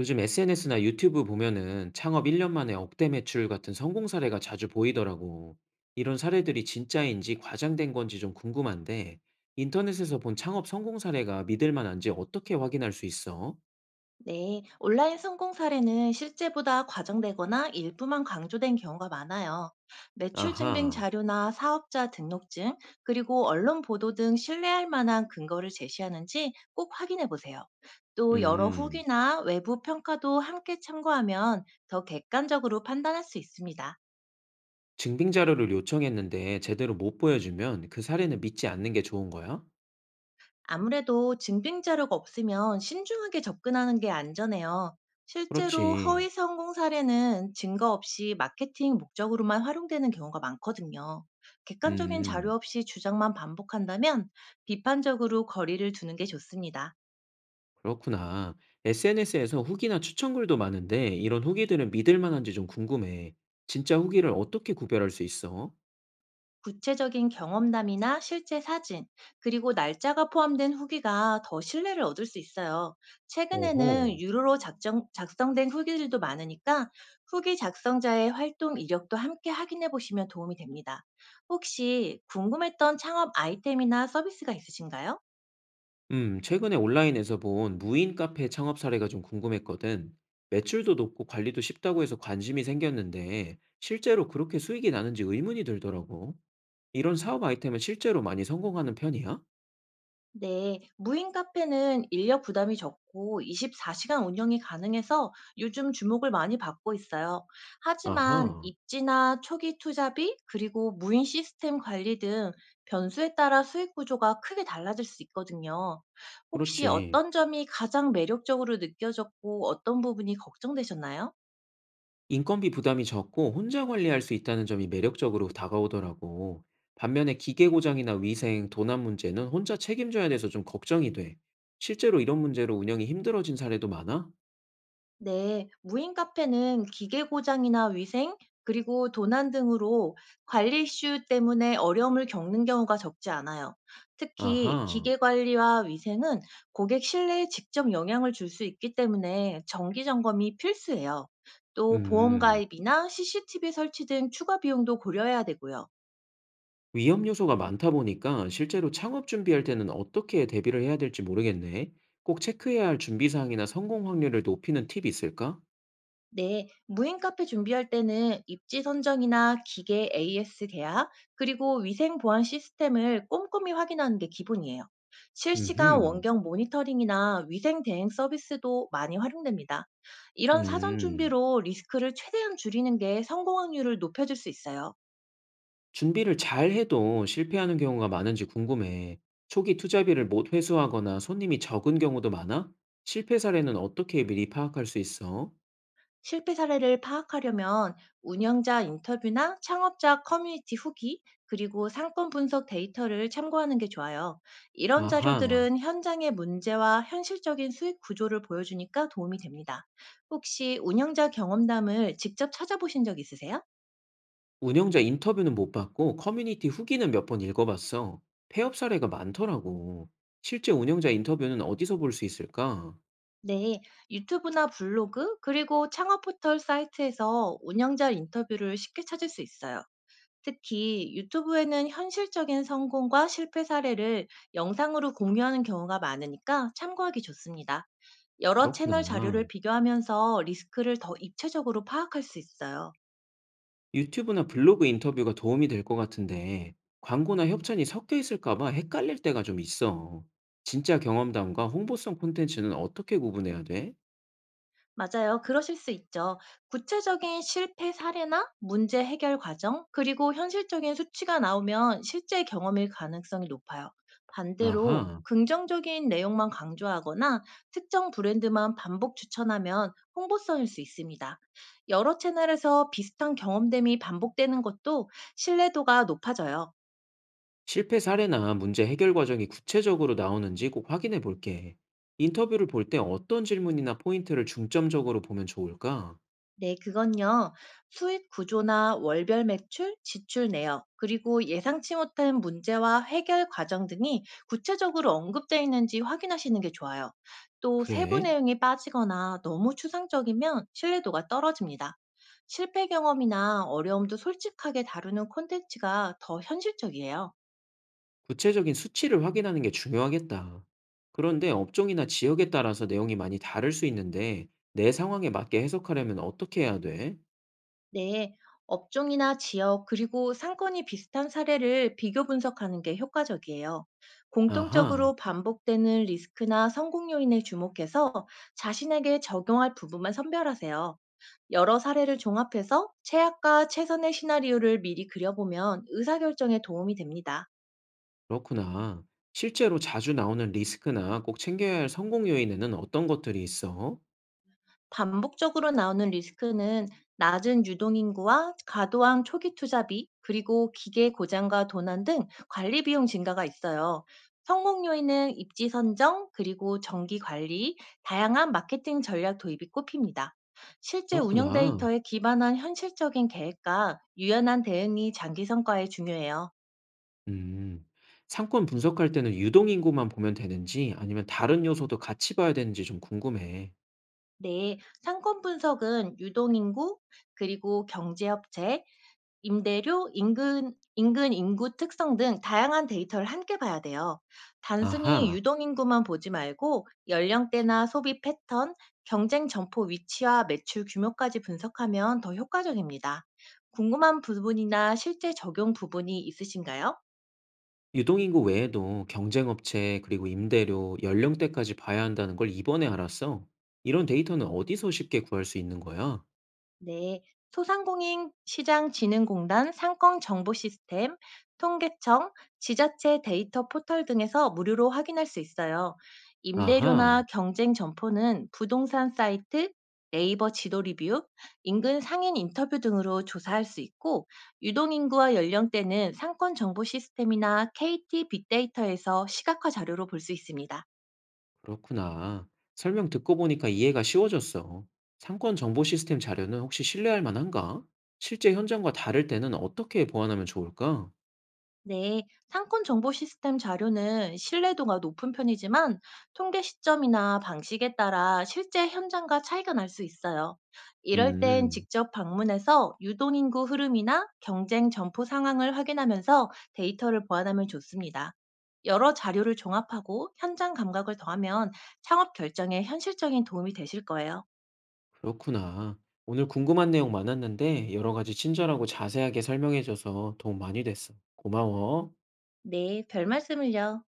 요즘 SNS나 유튜브 보면은 창업 1년 만에 억대 매출 같은 성공 사례가 자주 보이더라고. 이런 사례들이 진짜인지 과장된 건지 좀 궁금한데, 인터넷에서 본 창업 성공 사례가 믿을 만한지 어떻게 확인할 수 있어? 네, 온라인 성공 사례는 실제보다 과장되거나 일부만 강조된 경우가 많아요. 매출 증빙 아하, 자료나 사업자 등록증, 그리고 언론 보도 등 신뢰할 만한 근거를 제시하는지 꼭 확인해 보세요. 또 여러 음, 후기나 외부 평가도 함께 참고하면 더 객관적으로 판단할 수 있습니다. 증빙 자료를 요청했는데 제대로 못 보여주면 그 사례는 믿지 않는 게 좋은 거야? 아무래도 증빙 자료가 없으면 신중하게 접근하는 게 안전해요. 실제로 그렇지. 허위 성공 사례는 증거 없이 마케팅 목적으로만 활용되는 경우가 많거든요. 객관적인 자료 음. 없이 주장만 반복한다면 비판적으로 거리를 두는 게 좋습니다. 그렇구나. SNS에서 후기나 추천글도 많은데 이런 후기들은 믿을 만한지 좀 궁금해. 진짜 후기를 어떻게 구별할 수 있어? 구체적인 경험담이나 실제 사진, 그리고 날짜가 포함된 후기가 더 신뢰를 얻을 수 있어요. 최근에는 오호. 유료로 작성된 후기들도 많으니까 후기 작성자의 활동 이력도 함께 확인해 보시면 도움이 됩니다. 혹시 궁금했던 창업 아이템이나 서비스가 있으신가요? 최근에 온라인에서 본 무인 카페 창업 사례가 좀 궁금했거든. 매출도 높고 관리도 쉽다고 해서 관심이 생겼는데 실제로 그렇게 수익이 나는지 의문이 들더라고. 이런 사업 아이템은 실제로 많이 성공하는 편이야? 네, 무인 카페는 인력 부담이 적고 24시간 운영이 가능해서 요즘 주목을 많이 받고 있어요. 하지만 아하. 입지나 초기 투자비, 그리고 무인 시스템 관리 등 변수에 따라 수익 구조가 크게 달라질 수 있거든요. 혹시 그렇지. 어떤 점이 가장 매력적으로 느껴졌고 어떤 부분이 걱정되셨나요? 인건비 부담이 적고 혼자 관리할 수 있다는 점이 매력적으로 다가오더라고. 반면에 기계 고장이나 위생, 도난 문제는 혼자 책임져야 돼서 좀 걱정이 돼. 실제로 이런 문제로 운영이 힘들어진 사례도 많아? 네, 무인 카페는 기계 고장이나 위생, 그리고 도난 등으로 관리 이슈 때문에 어려움을 겪는 경우가 적지 않아요. 특히 아하. 기계 관리와 위생은 고객 신뢰에 직접 영향을 줄 수 있기 때문에 정기 점검이 필수예요. 또 보험 음. 가입이나 CCTV 설치 등 추가 비용도 고려해야 되고요. 위험 요소가 많다 보니까 실제로 창업 준비할 때는 어떻게 대비를 해야 될지 모르겠네. 꼭 체크해야 할 준비 사항이나 성공 확률을 높이는 팁이 있을까? 네, 무인 카페 준비할 때는 입지 선정이나 기계 AS 계약, 그리고 위생 보안 시스템을 꼼꼼히 확인하는 게 기본이에요. 실시간 음흠. 원격 모니터링이나 위생 대행 서비스도 많이 활용됩니다. 이런 사전 음. 준비로 리스크를 최대한 줄이는 게 성공 확률을 높여줄 수 있어요. 준비를 잘 해도 실패하는 경우가 많은지 궁금해. 초기 투자비를 못 회수하거나 손님이 적은 경우도 많아? 실패 사례는 어떻게 미리 파악할 수 있어? 실패 사례를 파악하려면 운영자 인터뷰나 창업자 커뮤니티 후기, 그리고 상권 분석 데이터를 참고하는 게 좋아요. 이런 아하. 자료들은 현장의 문제와 현실적인 수익 구조를 보여주니까 도움이 됩니다. 혹시 운영자 경험담을 직접 찾아보신 적 있으세요? 운영자 인터뷰는 못 봤고 커뮤니티 후기는 몇 번 읽어봤어. 폐업 사례가 많더라고. 실제 운영자 인터뷰는 어디서 볼 수 있을까? 네, 유튜브나 블로그, 그리고 창업 포털 사이트에서 운영자 인터뷰를 쉽게 찾을 수 있어요. 특히 유튜브에는 현실적인 성공과 실패 사례를 영상으로 공유하는 경우가 많으니까 참고하기 좋습니다. 여러 채널 그렇구나. 자료를 비교하면서 리스크를 더 입체적으로 파악할 수 있어요. 유튜브나 블로그 인터뷰가 도움이 될 것 같은데, 광고나 협찬이 섞여 있을까 봐 헷갈릴 때가 좀 있어. 진짜 경험담과 홍보성 콘텐츠는 어떻게 구분해야 돼? 맞아요. 그러실 수 있죠. 구체적인 실패 사례나 문제 해결 과정, 그리고 현실적인 수치가 나오면 실제 경험일 가능성이 높아요. 반대로 아하. 긍정적인 내용만 강조하거나 특정 브랜드만 반복 추천하면 홍보성일 수 있습니다. 여러 채널에서 비슷한 경험담이 반복되는 것도 신뢰도가 높아져요. 실패 사례나 문제 해결 과정이 구체적으로 나오는지 꼭 확인해 볼게. 인터뷰를 볼 때 어떤 질문이나 포인트를 중점적으로 보면 좋을까? 네, 그건요. 수익 구조나 월별 매출, 지출 내역, 그리고 예상치 못한 문제와 해결 과정 등이 구체적으로 언급되어 있는지 확인하시는 게 좋아요. 또 세부 그래. 내용이 빠지거나 너무 추상적이면 신뢰도가 떨어집니다. 실패 경험이나 어려움도 솔직하게 다루는 콘텐츠가 더 현실적이에요. 구체적인 수치를 확인하는 게 중요하겠다. 그런데 업종이나 지역에 따라서 내용이 많이 다를 수 있는데, 내 상황에 맞게 해석하려면 어떻게 해야 돼? 네, 업종이나 지역, 그리고 상권이 비슷한 사례를 비교 분석하는 게 효과적이에요. 아하. 공통적으로 반복되는 리스크나 성공 요인에 주목해서 자신에게 적용할 부분만 선별하세요. 여러 사례를 종합해서 최악과 최선의 시나리오를 미리 그려보면 의사결정에 도움이 됩니다. 그렇구나. 실제로 자주 나오는 리스크나 꼭 챙겨야 할 성공 요인에는 어떤 것들이 있어? 반복적으로 나오는 리스크는 낮은 유동인구와 과도한 초기 투자비, 그리고 기계 고장과 도난 등 관리 비용 증가가 있어요. 성공 요인은 입지 선정, 그리고 정기 관리, 다양한 마케팅 전략 도입이 꼽힙니다. 실제 운영 그렇구나. 데이터에 기반한 현실적인 계획과 유연한 대응이 장기 성과에 중요해요. 음. 상권 분석할 때는 유동인구만 보면 되는지 아니면 다른 요소도 같이 봐야 되는지 좀 궁금해. 네, 상권 분석은 유동인구, 그리고 경제업체, 임대료, 인근 인구 특성 등 다양한 데이터를 함께 봐야 돼요. 단순히 아하, 유동인구만 보지 말고 연령대나 소비 패턴, 경쟁 점포 위치와 매출 규모까지 분석하면 더 효과적입니다. 궁금한 부분이나 실제 적용 부분이 있으신가요? 유동인구 외에도 경쟁업체, 그리고 임대료, 연령대까지 봐야 한다는 걸 이번에 알았어. 이런 데이터는 어디서 쉽게 구할 수 있는 거야? 네, 소상공인시장진흥공단 상권정보시스템, 통계청, 지자체 데이터 포털 등에서 무료로 확인할 수 있어요. 아하. 임대료나 경쟁 점포는 부동산 사이트, 네이버 지도 리뷰, 인근 상인 인터뷰 등으로 조사할 수 있고, 유동인구와 연령대는 상권정보시스템이나 KT 빅데이터에서 시각화 자료로 볼 수 있습니다. 그렇구나. 설명 듣고 보니까 이해가 쉬워졌어. 상권 정보 시스템 자료는 혹시 신뢰할 만한가? 실제 현장과 다를 때는 어떻게 보완하면 좋을까? 네, 상권 정보 시스템 자료는 신뢰도가 높은 편이지만 통계 시점이나 방식에 따라 실제 현장과 차이가 날 수 있어요. 이럴 땐 음, 직접 방문해서 유동인구 흐름이나 경쟁 점포 상황을 확인하면서 데이터를 보완하면 좋습니다. 여러 자료를 종합하고 현장 감각을 더하면 창업 결정에 현실적인 도움이 되실 거예요. 그렇구나. 오늘 궁금한 내용 많았는데 여러 가지 친절하고 자세하게 설명해줘서 도움 많이 됐어. 고마워. 네, 별 말씀을요.